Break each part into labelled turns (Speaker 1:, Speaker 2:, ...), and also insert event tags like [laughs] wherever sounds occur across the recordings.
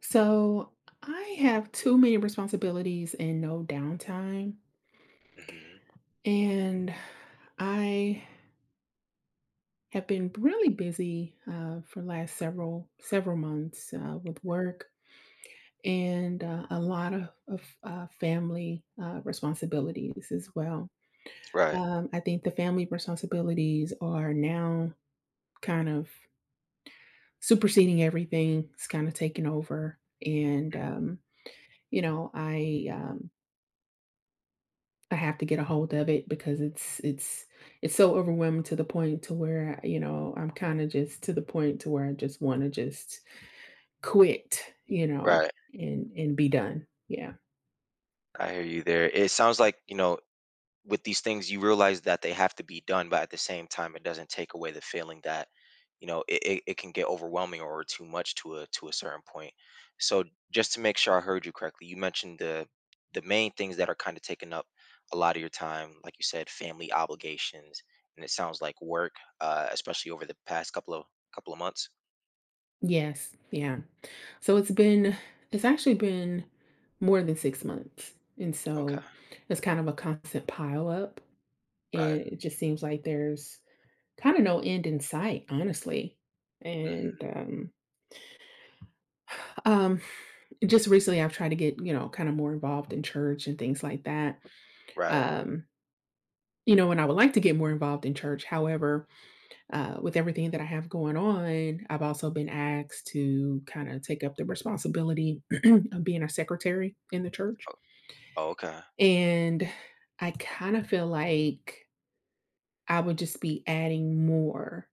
Speaker 1: So I have too many responsibilities and no downtime.
Speaker 2: Mhm.
Speaker 1: And I have been really busy for last several months with work and a lot of family responsibilities as well.
Speaker 2: Right,
Speaker 1: I think the family responsibilities are now kind of superseding everything. It's kind of taken over, and you know, I um, I have to get a hold of it because it's so overwhelming to the point to where, you know, I'm kinda just to the point to where I just wanna just quit,
Speaker 2: right.
Speaker 1: and be done. Yeah.
Speaker 2: I hear you there. It sounds like, with these things, you realize that they have to be done, but at the same time, it doesn't take away the feeling that, it can get overwhelming or too much to a certain point. So just to make sure I heard you correctly, you mentioned the main things that are kind of taking up a lot of your time, like you said, family obligations, and it sounds like work, especially over the past couple of months.
Speaker 1: Yes, yeah. So it's actually been more than 6 months, and
Speaker 2: Okay.
Speaker 1: so it's kind of a constant pile up,
Speaker 2: Right.
Speaker 1: and it just seems like there's kinda no end in sight, honestly, and,
Speaker 2: Hmm.
Speaker 1: um Um, just recently I've tried to get, you know, kind of more involved in church and things like that.
Speaker 2: Right.
Speaker 1: Um, you know, and I would like to get more involved in church. However, with everything that I have going on, I've also been asked to kind of take up the responsibility [clears throat] of being a secretary in the church.
Speaker 2: Oh, oh, okay.
Speaker 1: And I kind of feel like I would just be adding more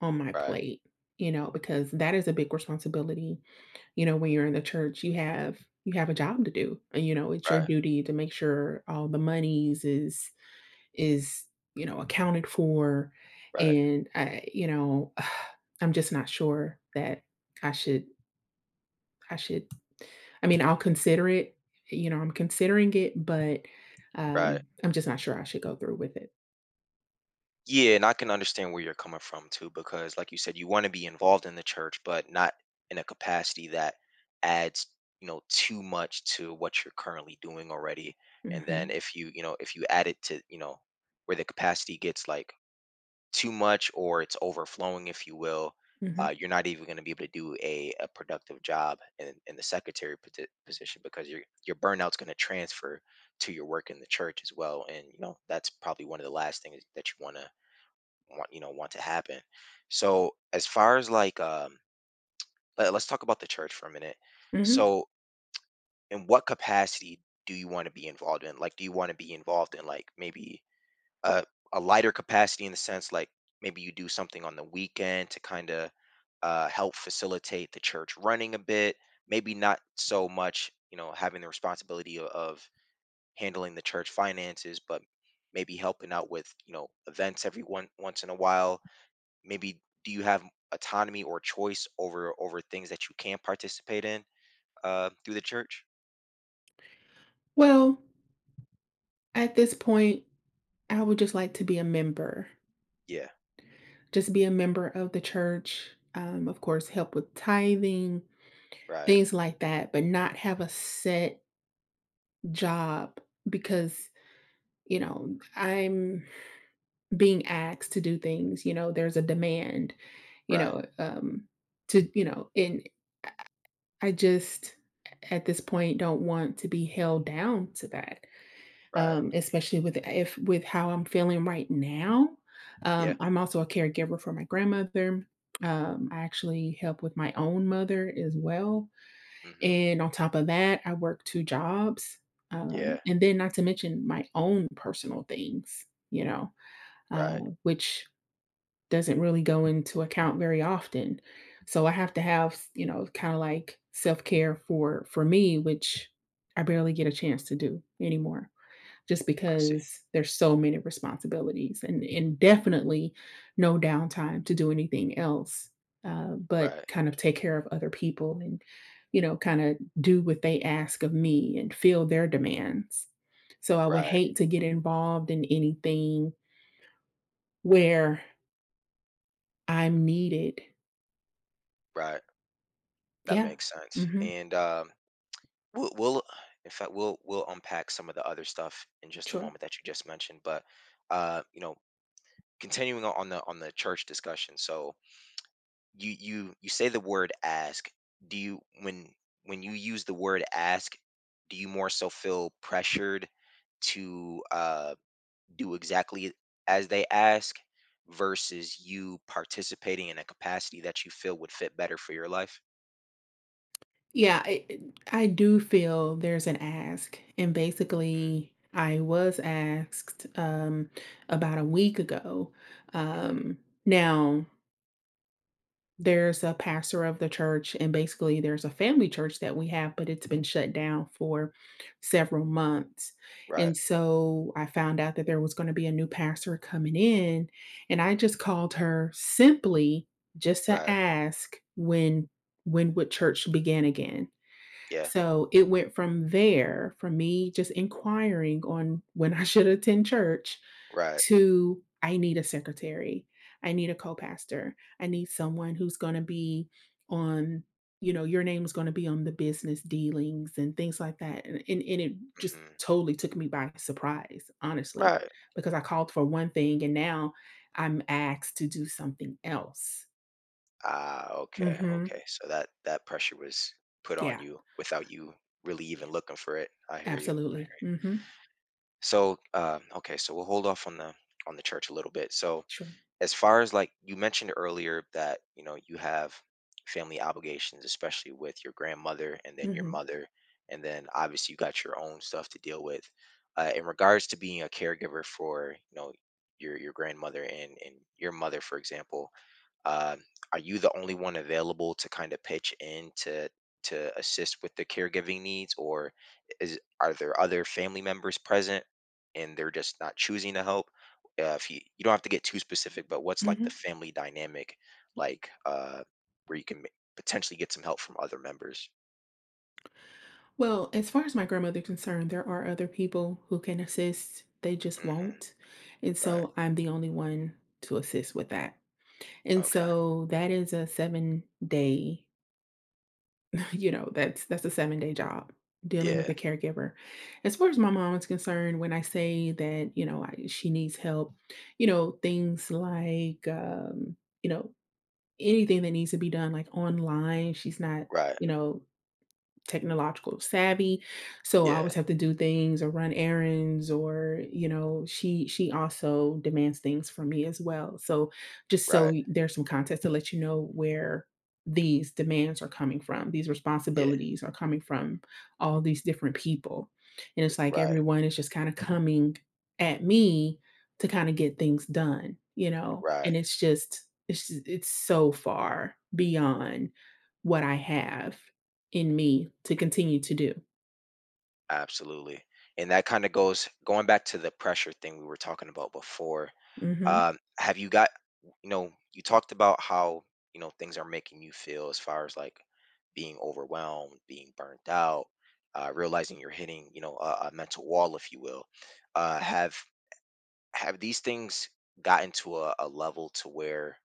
Speaker 1: on my
Speaker 2: Right.
Speaker 1: plate, you know, because that is a big responsibility. You know, when you're in the church, you have a job to do, and, you know, it's your
Speaker 2: Right.
Speaker 1: duty to make sure all the monies is, you know, accounted for,
Speaker 2: Right.
Speaker 1: and I, you know, [sighs] I'm just not sure that I should I should I mean, I'll
Speaker 2: Mhm.
Speaker 1: consider it, you know, I'm considering it, but,
Speaker 2: Right.
Speaker 1: I'm just not sure I should go through with it.
Speaker 2: Yeah, and I can understand where you're coming from too, because like you said, you want to be involved in the church, but not in a capacity that adds, too much to what you're currently doing already. And then
Speaker 1: Mhm,
Speaker 2: if you add it to, where the capacity gets like too much or it's overflowing, if you will,
Speaker 1: mhm,
Speaker 2: you're not even going to be able to do a productive job in the secretary position, because your burnout's going to transfer to your work in the church as well, and that's probably one of the last things that you want to want you know want to happen. So as far as like, let's talk about the church for a minute.
Speaker 1: mhm.
Speaker 2: So in what capacity do you want to be involved in? Like, do you want to be involved in like maybe a, a lighter capacity, in the sense like maybe you do something on the weekend to kind of help facilitate the church running a bit, maybe not so much having the responsibility of handling the church finances, but maybe helping out with events every one once in a while. Maybe, do you have autonomy or choice over things that you can participate in through the church?
Speaker 1: Well, at this point, I would just like to be a member.
Speaker 2: Yeah.
Speaker 1: Just be a member of the church, of course, help with tithing,
Speaker 2: Right.
Speaker 1: things like that, but not have a set job because, you know, I'm being asked to do things, you know, there's a demand, you
Speaker 2: Right.
Speaker 1: know, um, and I just at this point don't want to be held down to that.
Speaker 2: Right.
Speaker 1: Especially with if with how I'm feeling right now.
Speaker 2: Yeah.
Speaker 1: I'm also a caregiver for my grandmother. I actually help with my own mother as well.
Speaker 2: Hmm.
Speaker 1: And on top of that, I work two jobs.
Speaker 2: Yeah.
Speaker 1: And then not to mention my own personal things, you know,
Speaker 2: Right.
Speaker 1: which doesn't really go into account very often. So I have to have, you know, kind of like self-care for me, which I barely get a chance to do anymore just
Speaker 2: I see.
Speaker 1: because there's so many responsibilities and definitely no downtime to do anything else, but
Speaker 2: Right.
Speaker 1: kind of take care of other people and, you know, kinda do what they ask of me and feel their demands. So I would
Speaker 2: Right,
Speaker 1: hate to get involved in anything where I'm needed.
Speaker 2: right. That
Speaker 1: Yeah.
Speaker 2: makes sense.
Speaker 1: Mhm.
Speaker 2: And we'll, we'll, in fact, we'll unpack some of the other stuff in just a
Speaker 1: Sure.
Speaker 2: moment that you just mentioned. But uh, you know, continuing on on the church discussion. So you say the word ask. Do you when you use the word ask, do you more so feel pressured to do exactly as they ask versus you participating in a capacity that you feel would fit better for your life?
Speaker 1: Yeah, I do feel there's an ask. And
Speaker 2: Mm.
Speaker 1: basically, I was asked about a week ago.
Speaker 2: Mm-hmm.
Speaker 1: Um, Now, there's a pastor of the church, and basically, there's a family church that we have, but it's been shut down for several months.
Speaker 2: Right.
Speaker 1: And so I found out that there was going to be a new pastor coming in, and I
Speaker 2: Mhm.
Speaker 1: just called her simply just to
Speaker 2: Right.
Speaker 1: ask when would church begin again,
Speaker 2: Yeah.
Speaker 1: so it went from there, from me just inquiring on when I [laughs] should attend church
Speaker 2: Right.
Speaker 1: to I need a secretary. I need a co-pastor. I need someone who's going to be on, you know, your name is going to be on the business dealings and things like that. And it just
Speaker 2: Mhm.
Speaker 1: totally took me by surprise, honestly,
Speaker 2: Right.
Speaker 1: because I called for one thing and now I'm asked to do something else.
Speaker 2: Ah, okay.
Speaker 1: Hmm.
Speaker 2: Okay. So that pressure was put on
Speaker 1: Yeah.
Speaker 2: you without you really even
Speaker 1: Yeah.
Speaker 2: looking for it. I hear you. I hear
Speaker 1: Absolutely.
Speaker 2: you.
Speaker 1: Hmm.
Speaker 2: So, okay. So we'll hold off on the church a little bit. So,
Speaker 1: Sure.
Speaker 2: as far as like you mentioned earlier that, you have family obligations, especially with your grandmother and then your
Speaker 1: Hmm.
Speaker 2: mother, and then obviously you got your own stuff to deal with, in regards to being a caregiver for, your grandmother and your mother for example. um, are you the only one available to kind of pitch in to assist with the caregiving needs, or is are there other family members present and they're just not choosing to help? Yeah, if you don't have to get too specific, but what's like the
Speaker 1: Hmm.
Speaker 2: family dynamic, like where you can potentially get some help from other members?
Speaker 1: Well, as far as my grandmother's concerned, there are other people who can assist. They just
Speaker 2: Hmm.
Speaker 1: won't. And
Speaker 2: Right.
Speaker 1: so I'm the only one to assist with that. And
Speaker 2: Okay.
Speaker 1: so that is a 7-day, [laughs] you know, that's a 7-day job dealing with
Speaker 2: Yeah.
Speaker 1: a caregiver. As far as my mom is concerned, when I say that, you know, I, she needs help, you know, things like, you know, anything that needs to be done like online, she's not,
Speaker 2: Right.
Speaker 1: you know, technological savvy. So I always
Speaker 2: Yeah.
Speaker 1: have to do things or run errands or, you know, she also demands things from me as well. So just so
Speaker 2: Right.
Speaker 1: there's some context to let you know where these demands are coming from, these
Speaker 2: Yeah.
Speaker 1: responsibilities are coming from all these different people. And it's like
Speaker 2: Right.
Speaker 1: everyone is just kind of coming at me to kind of get things done, you know.
Speaker 2: Right.
Speaker 1: And it's just it's so far beyond what I have in me to continue to do.
Speaker 2: Absolutely. And that kind of goes going back to the pressure thing we were talking about before.
Speaker 1: Mhm,
Speaker 2: Have you got, you know, you talked about how, things are making you feel, as far as like being overwhelmed, being burnt out, realizing you're hitting, a mental wall, if you will. Uh, have have these things gotten to a level to where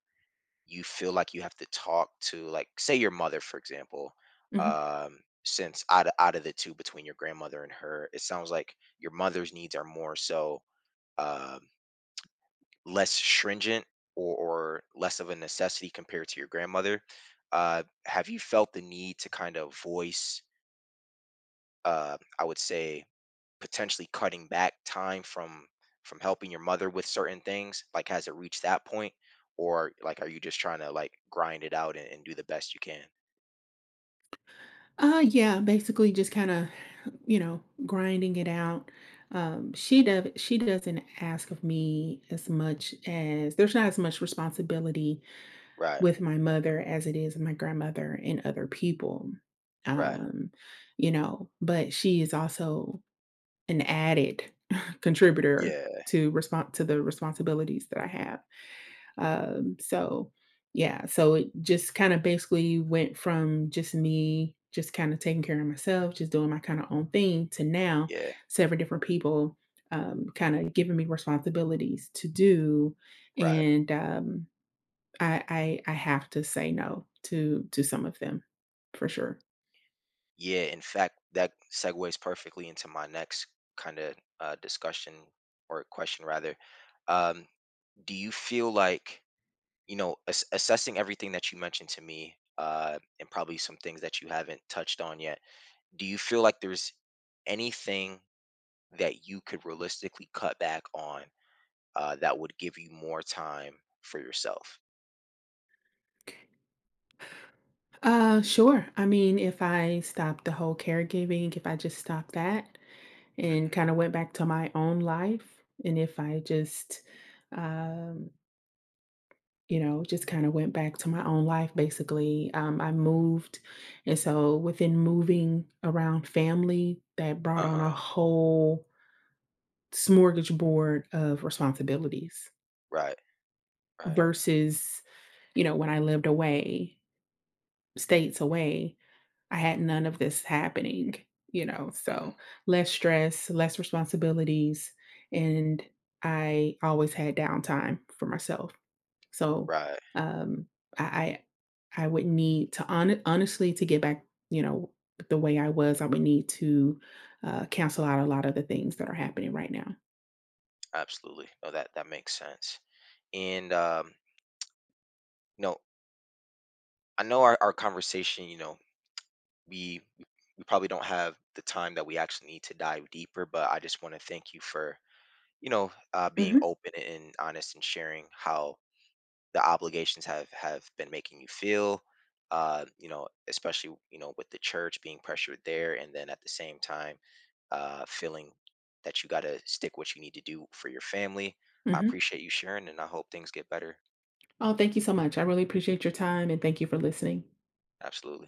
Speaker 2: you feel like you have to talk to, like, say your mother for example?
Speaker 1: mhm.
Speaker 2: um since out of the two between your grandmother and her, it sounds like your mother's needs are more so, um less stringent, or less of a necessity compared to your grandmother. Have you felt the need to kind of voice, I would say, potentially cutting back time from helping your mother with certain things? Like, has it reached that point, or like, are you just trying to like grind it out and do the best you can?
Speaker 1: Yeah, basically just kinda, you know, grinding it out. She doesn't ask of me as much, as there's not as much responsibility
Speaker 2: Right,
Speaker 1: with my mother as it is my grandmother and other people.
Speaker 2: right.
Speaker 1: Um, you know, but she is also an added [laughs] contributor
Speaker 2: Yeah,
Speaker 1: to respond to the responsibilities that I have. So yeah, so it just kind of basically went from just me just kind of taking care of myself, just doing my kind of own thing to now
Speaker 2: yeah,
Speaker 1: several different people kind of giving me responsibilities to do.
Speaker 2: right.
Speaker 1: And I have to say no to some of them for sure.
Speaker 2: Yeah, in fact, that segues perfectly into my next kind of discussion, or question, rather. Um, do you feel like, assessing everything that you mentioned to me, and probably some things that you haven't touched on yet, do you feel like there's anything that you could realistically cut back on, that would give you more time for yourself?
Speaker 1: Sure. I mean, if I stop the whole caregiving, if I just stop that, and kind
Speaker 2: Hmm.
Speaker 1: of went back to my own life. And if I just, um, you know, just kind of went back to my own life, basically, I moved. And so within moving around family, that brought on a
Speaker 2: Uh-huh.
Speaker 1: whole smorgasbord of responsibilities
Speaker 2: Right, right.
Speaker 1: versus, you know, when I lived away, states away. I had none of this happening, you know.
Speaker 2: Mhm.
Speaker 1: So less stress, less responsibilities, and I always had downtime for myself. So
Speaker 2: Right.
Speaker 1: um, I I would need to honestly to get back, you know, the way I was. I would need to cancel out a lot of the things that are happening right now.
Speaker 2: Absolutely. No, that makes sense. And you know, I know our conversation, we we probably don't have the time that we actually need to dive deeper, but I just want to thank you for, being
Speaker 1: Mm-hmm.
Speaker 2: open and honest and sharing how the obligations have been making you feel. Especially, with the church being pressured there, and then at the same time, feeling that you gotta stick what you need to do for your family. I
Speaker 1: Hmm.
Speaker 2: appreciate you sharing and I hope things get better.
Speaker 1: Oh, thank you so much. I really appreciate your time and thank you for listening.
Speaker 2: Absolutely.